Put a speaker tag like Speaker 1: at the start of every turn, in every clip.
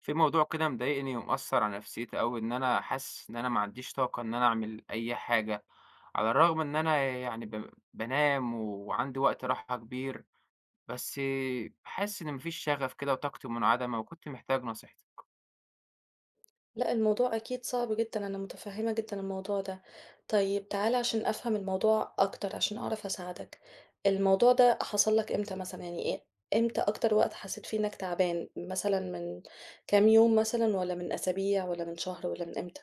Speaker 1: في موضوع كده مضايقني ومأثر على نفسيتي أوي، إن أنا حاسس إن أنا ما عنديش طاقة إن أنا أعمل أي حاجة، على الرغم إن أنا يعني بانام وعندي وقت راحة كبير، بس حاسس إن ما فيش شغف كده وطاقتي منعدمة وكنت محتاج نصيحتك.
Speaker 2: لأ، الموضوع أكيد صعب جدًا، أنا متفهّمة جدًا الموضوع ده. طيب تعالَ عشان أفهم الموضوع أكتر، عشان أعرف أساعدك. الموضوع ده حصل لك إمتى مثلًا، يعني إمتى أكتر وقت حسّيت فيه إنك تعبان؟ مثلًا من كام يوم مثلًا والّا من أسابيع والّا من شهر والّا من إمتى؟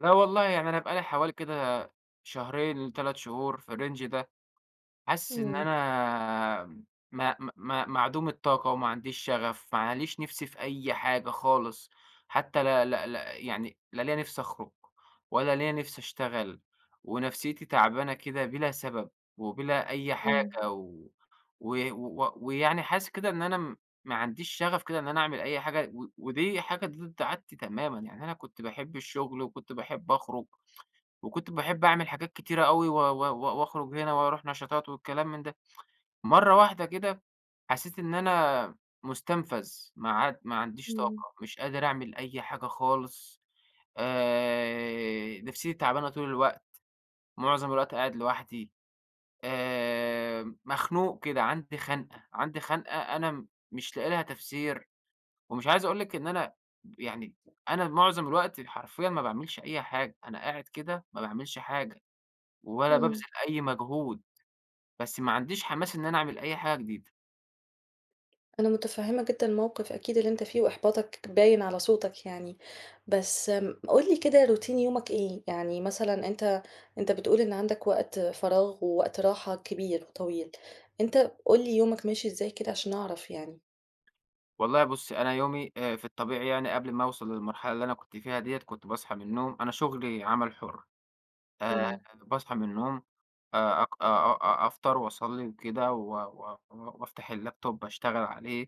Speaker 1: لا والله يعني أنا بقى لي حوالي كده شهرين ل3 شهور في الرينج ده. حاسس إن
Speaker 2: إمم،
Speaker 1: أنا ما معدوم الطاقة وما عنديش شغف، ما ليش نِفْس في أي حاجة خالص، حتى لا ليّا نِفْس أخرج ولا ليّا نِفْس أشتغل، ونفسيتي تعبانة كده بلا سبب وبلا أي
Speaker 2: إمم،
Speaker 1: حاجة و و و ويعني حاسس كده إن أنا ما عنديش شغف كده إن أنا أعمل أي حاجة ودي حاجة ضد عادتي تمامًا، يعني أنا كنت باحب الشغل وكنت باحب أخرج. وكنت باحب أعمل حاجات كتيرة أوي و و و وأخرج هنا وأروح نشاطات والكلام من ده. مرّة واحدة كده حسيت إن أنا مُستنفذ، ما عاد ما عنديش
Speaker 2: إمم،
Speaker 1: طاقة، مش قادر أعمل أي حاجة خالص، نفسيتي تعبانة طول الوقت، معظم الوقت قاعد لوحدي، مخنوق كده، عندي خنقة، عندي خنقة أنا مش لاقي لها تفسير، ومش عايز أقول لِك إن أنا يعني أنا معظم الوقت حرفيًا ما باعملش أي حاجة، أنا قاعد كده ما باعملش حاجة. ولا بابذل
Speaker 2: إمم.
Speaker 1: أي مجهود، بس ما عنديش حماس إن أنا أعمل أي حاجة جديدة.
Speaker 2: أنا متفهمة جدًا الموقف أكيد اللي أنت فيه، وإحباطك باين على صوتك يعني، بس قُل لي كده روتين يومك إيه؟ يعني مثلًا أنت أنت بتقول إن عندك وقت فراغ ووقت راحة كبير وطويل، أنت قُل لي يومك ماشي إزاي كده عشان أعرف يعني؟
Speaker 1: والله بُصّي، أنا يومي في الطبيعي يعني قبل ما أوصل للمرحلة اللي أنا كنت فيها ديّة، كنت باصحى من النوم أنا شغلي عمل حُر، آآ
Speaker 2: إمم،
Speaker 1: باصحى من النوم أق أ أ أفطر وأصلّي وكده و و وأفتح اللابتوب أشتغل عليه،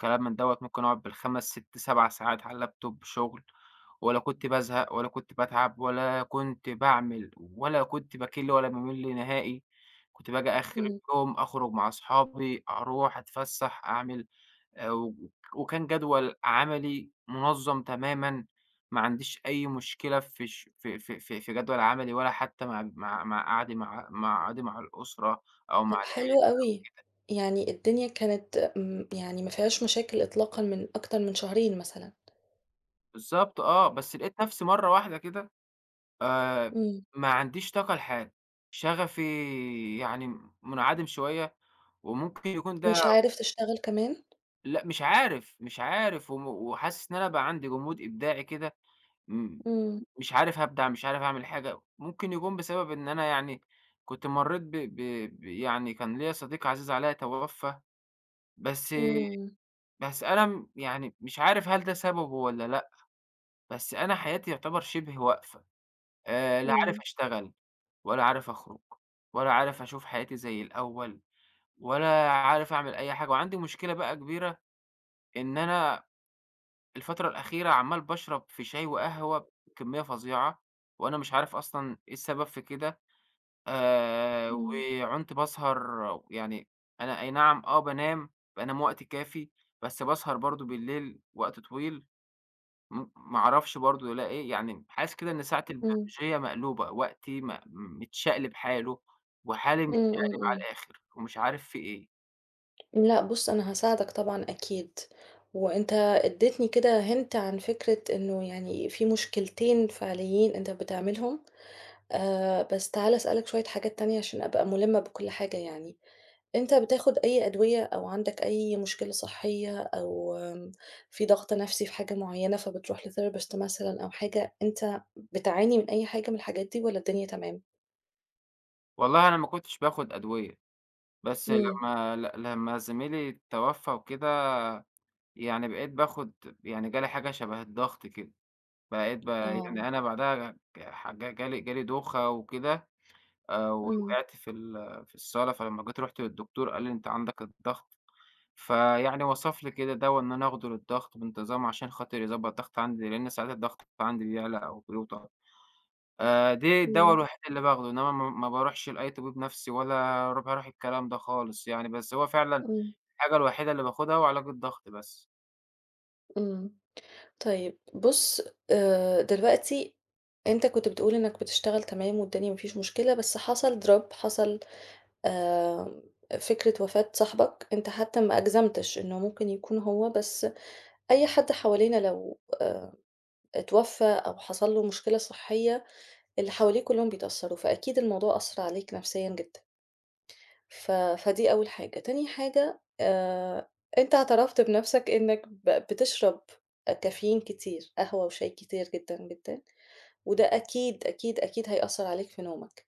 Speaker 1: كلام من دوّة، ممكن أقعد بال5، 6، 7 ساعات على اللابتوب شغل، ولا كنت بازهق ولا كنت باتعب ولا كنت باعمل ولا كنت باكِل ولا بامِل نهائي، كنت باجي آخر
Speaker 2: إمم،
Speaker 1: اليوم أخرج مع أصحابي، أروح أتفسّح، أعمل و وكان جدول عملي منظّم تمامًا، ما عنديش أي مشكلة في ش في في في في جدول عملي ولا حتى مع مع مع قعدي مع مقعدي مع الأسرة أو مع
Speaker 2: طب
Speaker 1: العيلة
Speaker 2: حلو أوي، يعني الدنيا كانت يعني ما فيهاش مشاكل إطلاقًا من أكتر من شهرين مثلًا،
Speaker 1: بالضبط آه، بس لقيت نفسي مرّة واحدة كده آآ
Speaker 2: إمم،
Speaker 1: ما عنديش طاقة لحاجة، شغفي يعني منعدم شوية، وممكن يكون
Speaker 2: مش
Speaker 1: ده
Speaker 2: عارف تشتغل كمان؟
Speaker 1: لأ مش عارف، مش عارف وحاسس إن أنا بقى عندي جمود إبداعي كده. إمم.
Speaker 2: إمم،
Speaker 1: مش عارف أبدع، مش عارف أعمل حاجة، ممكن يكون بسبب إن أنا يعني كنت مرّيت ب ب ب يعني كان ليّا صديق عزيز عليَّ توفّى، بس
Speaker 2: إمم،
Speaker 1: بس أنا يعني مش عارف هل ده سببه والّا لأ، بس أنا حياتي يعتبر شِبه واقفة، لا عارف
Speaker 2: إمم،
Speaker 1: أشتغل، ولا عارف أخرج، ولا عارف أشوف حياتي زي الأول، ولا عارف أعمل أي حاجة، وعندي مشكلة بقى كبيرة إن أنا الفترة الأخيرة عمّال باشرب في شاي وقهوة بكمية فظيعة، وأنا مش عارف أصلًا إيه السبب في كده،
Speaker 2: إمم،
Speaker 1: وعنت باسهر يعني أنا أي نعم آه بانام، بانام وقت كافي، بس باسهر برضه بالليل وقت طويل، ما أعرفش برضه ده إيه، يعني حاسس كده إن ساعتي
Speaker 2: إمم،
Speaker 1: البيولوجية مقلوبة، وقتي متشقلب حاله، وحالي
Speaker 2: إمم،
Speaker 1: متشقلب على
Speaker 2: إمم.
Speaker 1: الآخر، ومش عارف في إيه.
Speaker 2: لأ بُص، أنا هاساعدك طبعًا أكيد، وأنت ادّيتني كده hint عن فكرة إنه يعني في مشكلتين فعليين أنت بتعملهم، بس تعالَ أسألك شوية حاجات تانية عشان أبقى مُلِمّة بكل حاجة يعني، أنت بتاخد أي أدوية أو عندك أي مشكلة صحية أو في ضغط نَفْسي في حاجة معيّنة فبتروح لtherapist مثلًا أو حاجة، أنت بتعاني من أي حاجة من الحاجات دي والّا الدنيا تمام؟
Speaker 1: والله أنا ما كنتش باخد أدوية، بس
Speaker 2: إمم،
Speaker 1: لمّا زميلي توفى وكده يعني بقيت باخد يعني جالي حاجة شبه الضغط كده، بقيت
Speaker 2: آه،
Speaker 1: يعني أنا بعدها ج ح ج جالي جالي دوخة وكده،
Speaker 2: إمم،
Speaker 1: ووقعت في الصالة، فلمّا جيت رُحت للدكتور قال لي: "أنت عندك الضغط." فيعني وصف لي كده دوا إن أنا آخده للضغط بانتظام عشان خاطر يضبّط الضغط عندي، لإن ساعات الضغط عندي بيعلى أو بيوطى. دي الدوا
Speaker 2: إمم،
Speaker 1: الوحيد اللي باخده، إنما ما ما باروحش لأي طبيب نفسي ولا باروح الكلام ده خالص يعني، بس هو فعلًا
Speaker 2: إمم،
Speaker 1: الحاجة الوحيدة اللي باخدها هو علاج الضغط بس.
Speaker 2: إمم. طيب بُص، دلوقتي أنت كنت بتقول إنّك بتشتغل تمام والدنيا ما فيش مشكلة، بس حصل drop حصل آآ فكرة وفاة صاحبك، أنت حتى ما أجزمتش إنه ممكن يكون هو، بس أي حد حوالينا لو اتوفى أو حصل له مشكلة صحية، اللي حواليه كلّهم بيتأثّروا، فأكيد الموضوع أثّر عليك نفسيًا جدًا. فدي أول حاجة، تاني حاجة أنت اعترفت بنَفْسك إنّك بتشرب كافيين كتير، قهوة وشاي كتير جدًا، جدًا، وده أكيد، أكيد، أكيد هيأثّر عليك في نومك.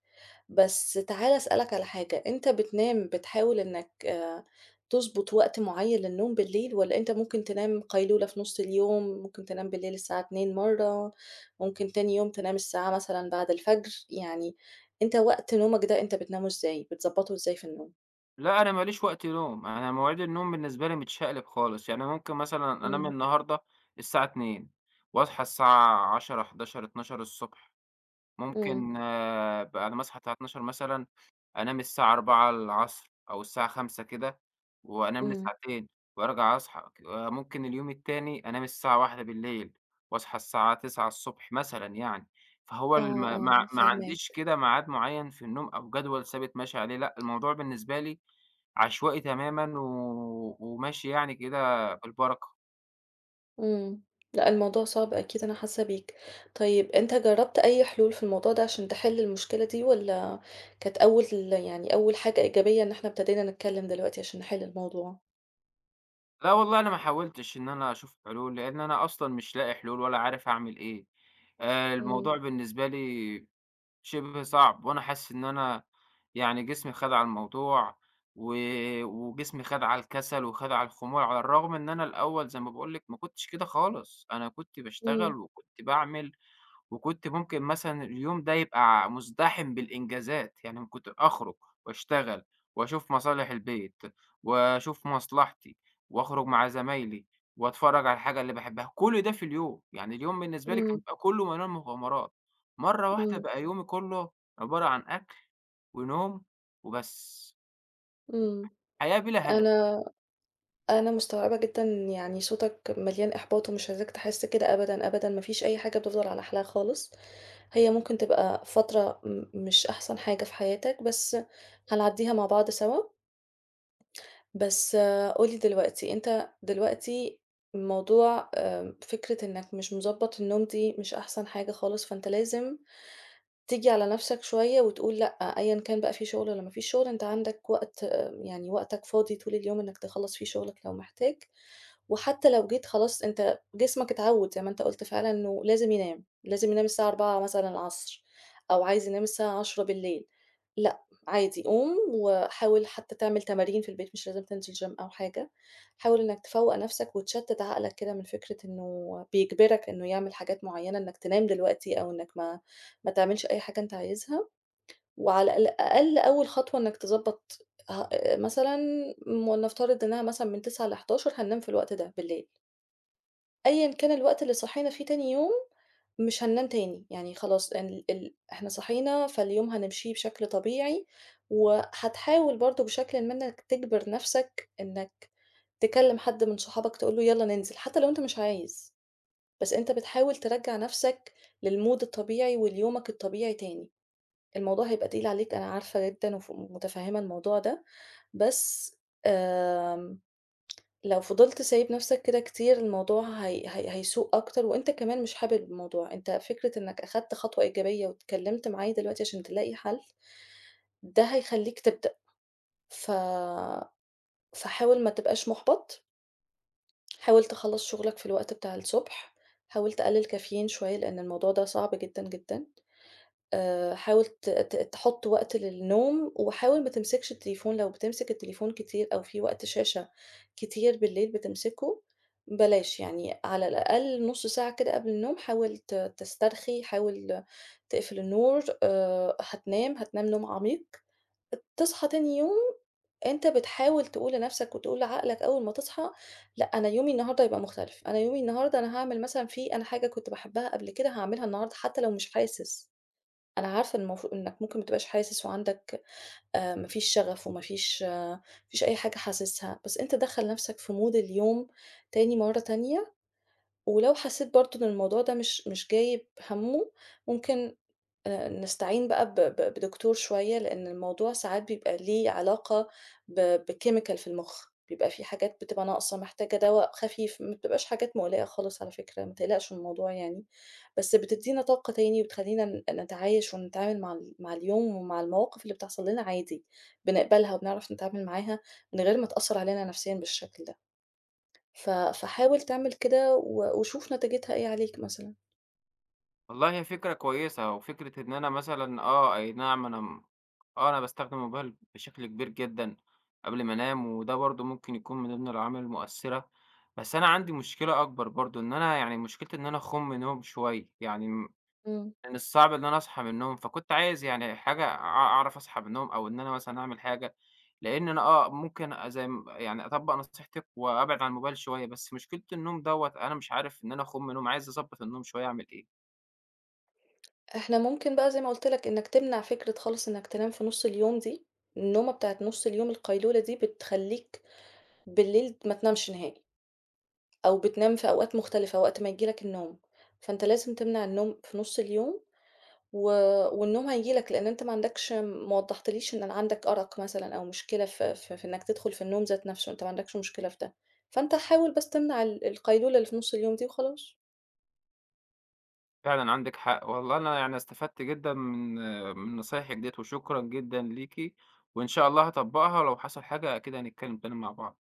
Speaker 2: بس تعالَ أسألك على حاجة، أنت بتنام بتحاول إنّك تضبط وقت معيّن للنوم بالليل والّا أنت ممكن تنام قيلولة في نُص اليوم، ممكن تنام بالليل الساعة 02:00 مرّة، ممكن تاني يوم تنام الساعة مثلًا بعد الفجر، يعني أنت وقت نومك ده أنت بتنامه إزاي، بتضبّطه إزاي في النوم؟
Speaker 1: لأ، أنا ما ليش وقت نوم، أنا مواعيد النوم بالنسبة لي متشقلب خالص، يعني ممكن مثلًا أنام
Speaker 2: إمم،
Speaker 1: النهارده الساعة 02:00 واصحى الساعة 10، 11، 12:00.
Speaker 2: إمم،
Speaker 1: ممكن آه، بعد ما أصحى الساعة 00:00 مثلًا، أنام الساعة 16:00 أو الساعة 17:00 كده، وأنام لي
Speaker 2: إمم،
Speaker 1: ساعتين وأرجع أصحى. ممكن اليوم التاني أنام الساعة 01:00 وأصحى الساعة 09:00 مثلًا يعني. فهو
Speaker 2: آه،
Speaker 1: الم ما
Speaker 2: آه، آه،
Speaker 1: ما
Speaker 2: فاهماك،
Speaker 1: عنديش كده ميعاد معيّن في النوم أو جدول ثابت ماشي عليه، لأ، الموضوع بالنسبة لي عشوائي تمامًا وماشي يعني كده بالبركة.
Speaker 2: إمم، لأ الموضوع صعب أكيد أنا حاسة بيك، طيب أنت جرّبت أي حلول في الموضوع ده عشان تحل المشكلة دي والّا كانت أول يعني أول حاجة إيجابية إن إحنا ابتدينا نتكلم دلوقتي عشان نحل الموضوع؟
Speaker 1: لا والله أنا ما حاولتش إن أنا أشوف حلول، لإن أنا أصلًا مش لاقي حلول ولا عارف أعمل إيه.
Speaker 2: إمم،
Speaker 1: الموضوع بالنسبة لي شِبه صعب، وأنا حاسس إن أنا يعني جسمي خَد على الموضوع، و وجسمي خَد على الكسل وخَد على الخمول، على الرغم إن أنا الأول زي ما باقول لِك ما كنتش كده خالص، أنا كنت باشتغل
Speaker 2: إمم،
Speaker 1: وكنت باعمل وكنت ممكن مثلًا اليوم ده يبقى مُزدحم بالإنجازات، يعني كنت أخرج وأشتغل وأشوف مصالح البيت وأشوف مصلحتي وأخرج مع زمايلي وأتفرّج على الحاجة اللي باحبها، كل ده في اليوم، يعني اليوم بالنسبة لي كان
Speaker 2: إمم،
Speaker 1: بيبقى كُلّه مليان مغامرات، مرّة واحدة
Speaker 2: إمم،
Speaker 1: بقى يومي كُلّه عبارة عن أكل ونوم وبس،
Speaker 2: إمم،
Speaker 1: حياة بلا هدف.
Speaker 2: أنا أنا مستوعبة جدًا يعني صوتك مليان إحباط ومش عايزاك تحس كده أبدًا، أبدًا، ما فيش أي حاجة بتفضل على حالها خالص. هي ممكن تبقى فترة مش أحسن حاجة في حياتك، بس هنعدّيها مع بعض سوا، بس قُل لي دلوقتي، أنت دلوقتي موضوع فكرة إنّك مش مضبّط النوم دي مش أحسن حاجة خالص، فأنت لازم تيجي على نَفْسك شوية وتقول لأ، أيًا كان بقى في شُغل والّا ما فيش شُغل، أنت عندك وقت آه، يعني وقتك فاضي طول اليوم إنّك تخلّص فيه شُغلك لو محتاج، وحتّى لو جيت خلاص أنت جسمك اتعوّد زي ما أنت قُلت فعلًا إنه لازم ينام، لازم ينام الساعة 16:00 مثلًا العصر أو عايز ينام الساعة 22:00 بالليل. عادي قوم وحاول حتى تعمل تمارين في البيت مش لازم تنزل gym أو حاجة، حاول إنك تفوّق نفسك وتشتت عقلك كده من فكرة إنه بيجبرك إنه يعمل حاجات معيّنة إنك تنام دلوقتي أو إنك ما تعملش أي حاجة أنت عايزها، وعلى الأقل أول خطوة إنك تضبّط مثلًا ولنفترض إنها مثلًا من 09:00 ل11:00 هننام في الوقت ده بالليل. أيًا كان الوقت اللي صحينا فيه تاني يوم، مش هننام تاني، يعني خلاص ال ال إحنا صحينا فاليوم هنمشيه بشكل طبيعي، وهتحاول برضه بشكلٍ ما إنك تجبر نفسك إنك تكلم حد من صحابك تقول له يالّا ننزل، حتى لو أنت مش عايز، بس أنت بتحاول ترجّع نفسك للمود الطبيعي وليومك الطبيعي تاني. الموضوع هيبقى تقيل عليك أنا عارفة جدًا ومتفهمة الموضوع ده، بس آمم لو فضلت سايب نفسك كده كتير الموضوع هي هي هيسوء أكتر وأنت كمان مش حابب الموضوع، أنت فكرة إنك أخدت خطوة إيجابية واتكلمت معاه دلوقتي عشان تلاقي حل، ده هيخلّيك تبدأ، ف فحاول ما تبقاش مُحبَط، حاول تخلّص شغلك في الوقت بتاع الصبح، حاول تقلل كافيين شوية لأن الموضوع ده صعب جدًا، جدًا. حاول ت ت تحُط وقت للنوم، وحاول ما تمسكش التليفون، لو بتمسك التليفون كتير أو في وقت شاشة كتير بالليل بتمسكه، بلاش يعني على الأقل نُص ساعة كده قبل النوم حاول تسترخي، حاول تقفل النور، هتنام، هتنام نوم عميق، تصحى تاني يوم أنت بتحاول تقول لنَفْسك وتقول لعقلك أول ما تصحى، لأ أنا يومي النهارده هيبقى مختلف، أنا يومي النهارده أنا هاعمل مثلًا في أنا حاجة كنت باحبها قبل كده هاعملها النهارده حتى لو مش حاسس. أنا عارفة إن المفروض إنك ممكن ما تبقاش حاسس وعندك ما فيش شغف وما فيش ما فيش أي حاجة حاسسها، بس أنت دخّل نَفْسك في mood اليوم تاني مرّة تانية، ولو حسّيت برضه إن الموضوع ده مش جايب هَمّه، ممكن نستعين بقى ب ب بدكتور شوية، لإن الموضوع ساعات بيبقى ليه علاقة بchemical في المُخ، بيبقى في حاجات بتبقى ناقصة محتاجة دوا خفيف، ما بتبقاش حاجات مُقلقة خالص على فكرة، ما تقلقش من الموضوع يعني، بس بتدّينا طاقة تاني وبتخلّينا نتعايش ونتعامل مع مع اليوم ومع المواقف اللي بتحصل لنا عادي، بنقبلها وبنعرف نتعامل معاها من غير ما تأثّر علينا نفسيًا بالشكل ده، فحاول تعمل كده وشوف نتيجتها إيه عليك مثلًا.
Speaker 1: والله هي فكرة كويسة، وفكرة إن أنا مثلًا آه، أي نعم أنا م آه، أنا باستخدم الموبايل بشكل كبير جدًا قبل ما أنام، وده برضه ممكن يكون من ضمن العوامل المؤثرة، بس أنا عندي مشكلة أكبر برضه، إن أنا يعني مشكلتي إن أنا أخُم نوم شوية، يعني
Speaker 2: إمم.
Speaker 1: من الصعب إن أنا أصحى من النوم، فكنت عايز يعني حاجة أعرف أصحى من النوم أو إن أنا مثلًا أعمل حاجة، لإن أنا آه، ممكن زي يعني أطبّق نصيحتك وأبعد عن الموبايل شوية، بس مشكلة النوم دوّة أنا مش عارف إن أنا أخُم نوم، عايز أضبّط النوم شوية، أعمل إيه؟
Speaker 2: إحنا ممكن بقى زي ما قُلت لك إنك تمنع فكرة خالص إنك تنام في نُص اليوم دي، النومة بتاعة نُص اليوم القيلولة دي بتخلّيك بالليل ما تنامش نهائي، أو بتنام في أوقات مختلفة وقت ما ييجي لك النوم، فأنت لازم تمنع النوم في نُص اليوم و والنوم هييجي لك لإن أنت ما عندكش ما وضّحتليش إن أنا عندك أرق مثلًا أو مشكلة في إنك تدخل في النوم ذات نَفْسه، أنت ما عندكش مشكلة في ده، فأنت حاول بس تمنع القيلولة اللي في نُص اليوم دي وخلاص،
Speaker 1: فعلًا عندِك حق، والله أنا يعني استفدت جدًا من نصايحِك ديّة، وشكرًا جدًا ليكِ، وإن شاء الله هاطبّقها، ولو حصل حاجة أكيد هنتكلم تاني مع بعض.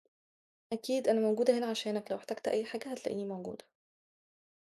Speaker 2: أكيد أنا موجودة هنا عشانك لو احتجت أي حاجة هتلاقيني موجودة.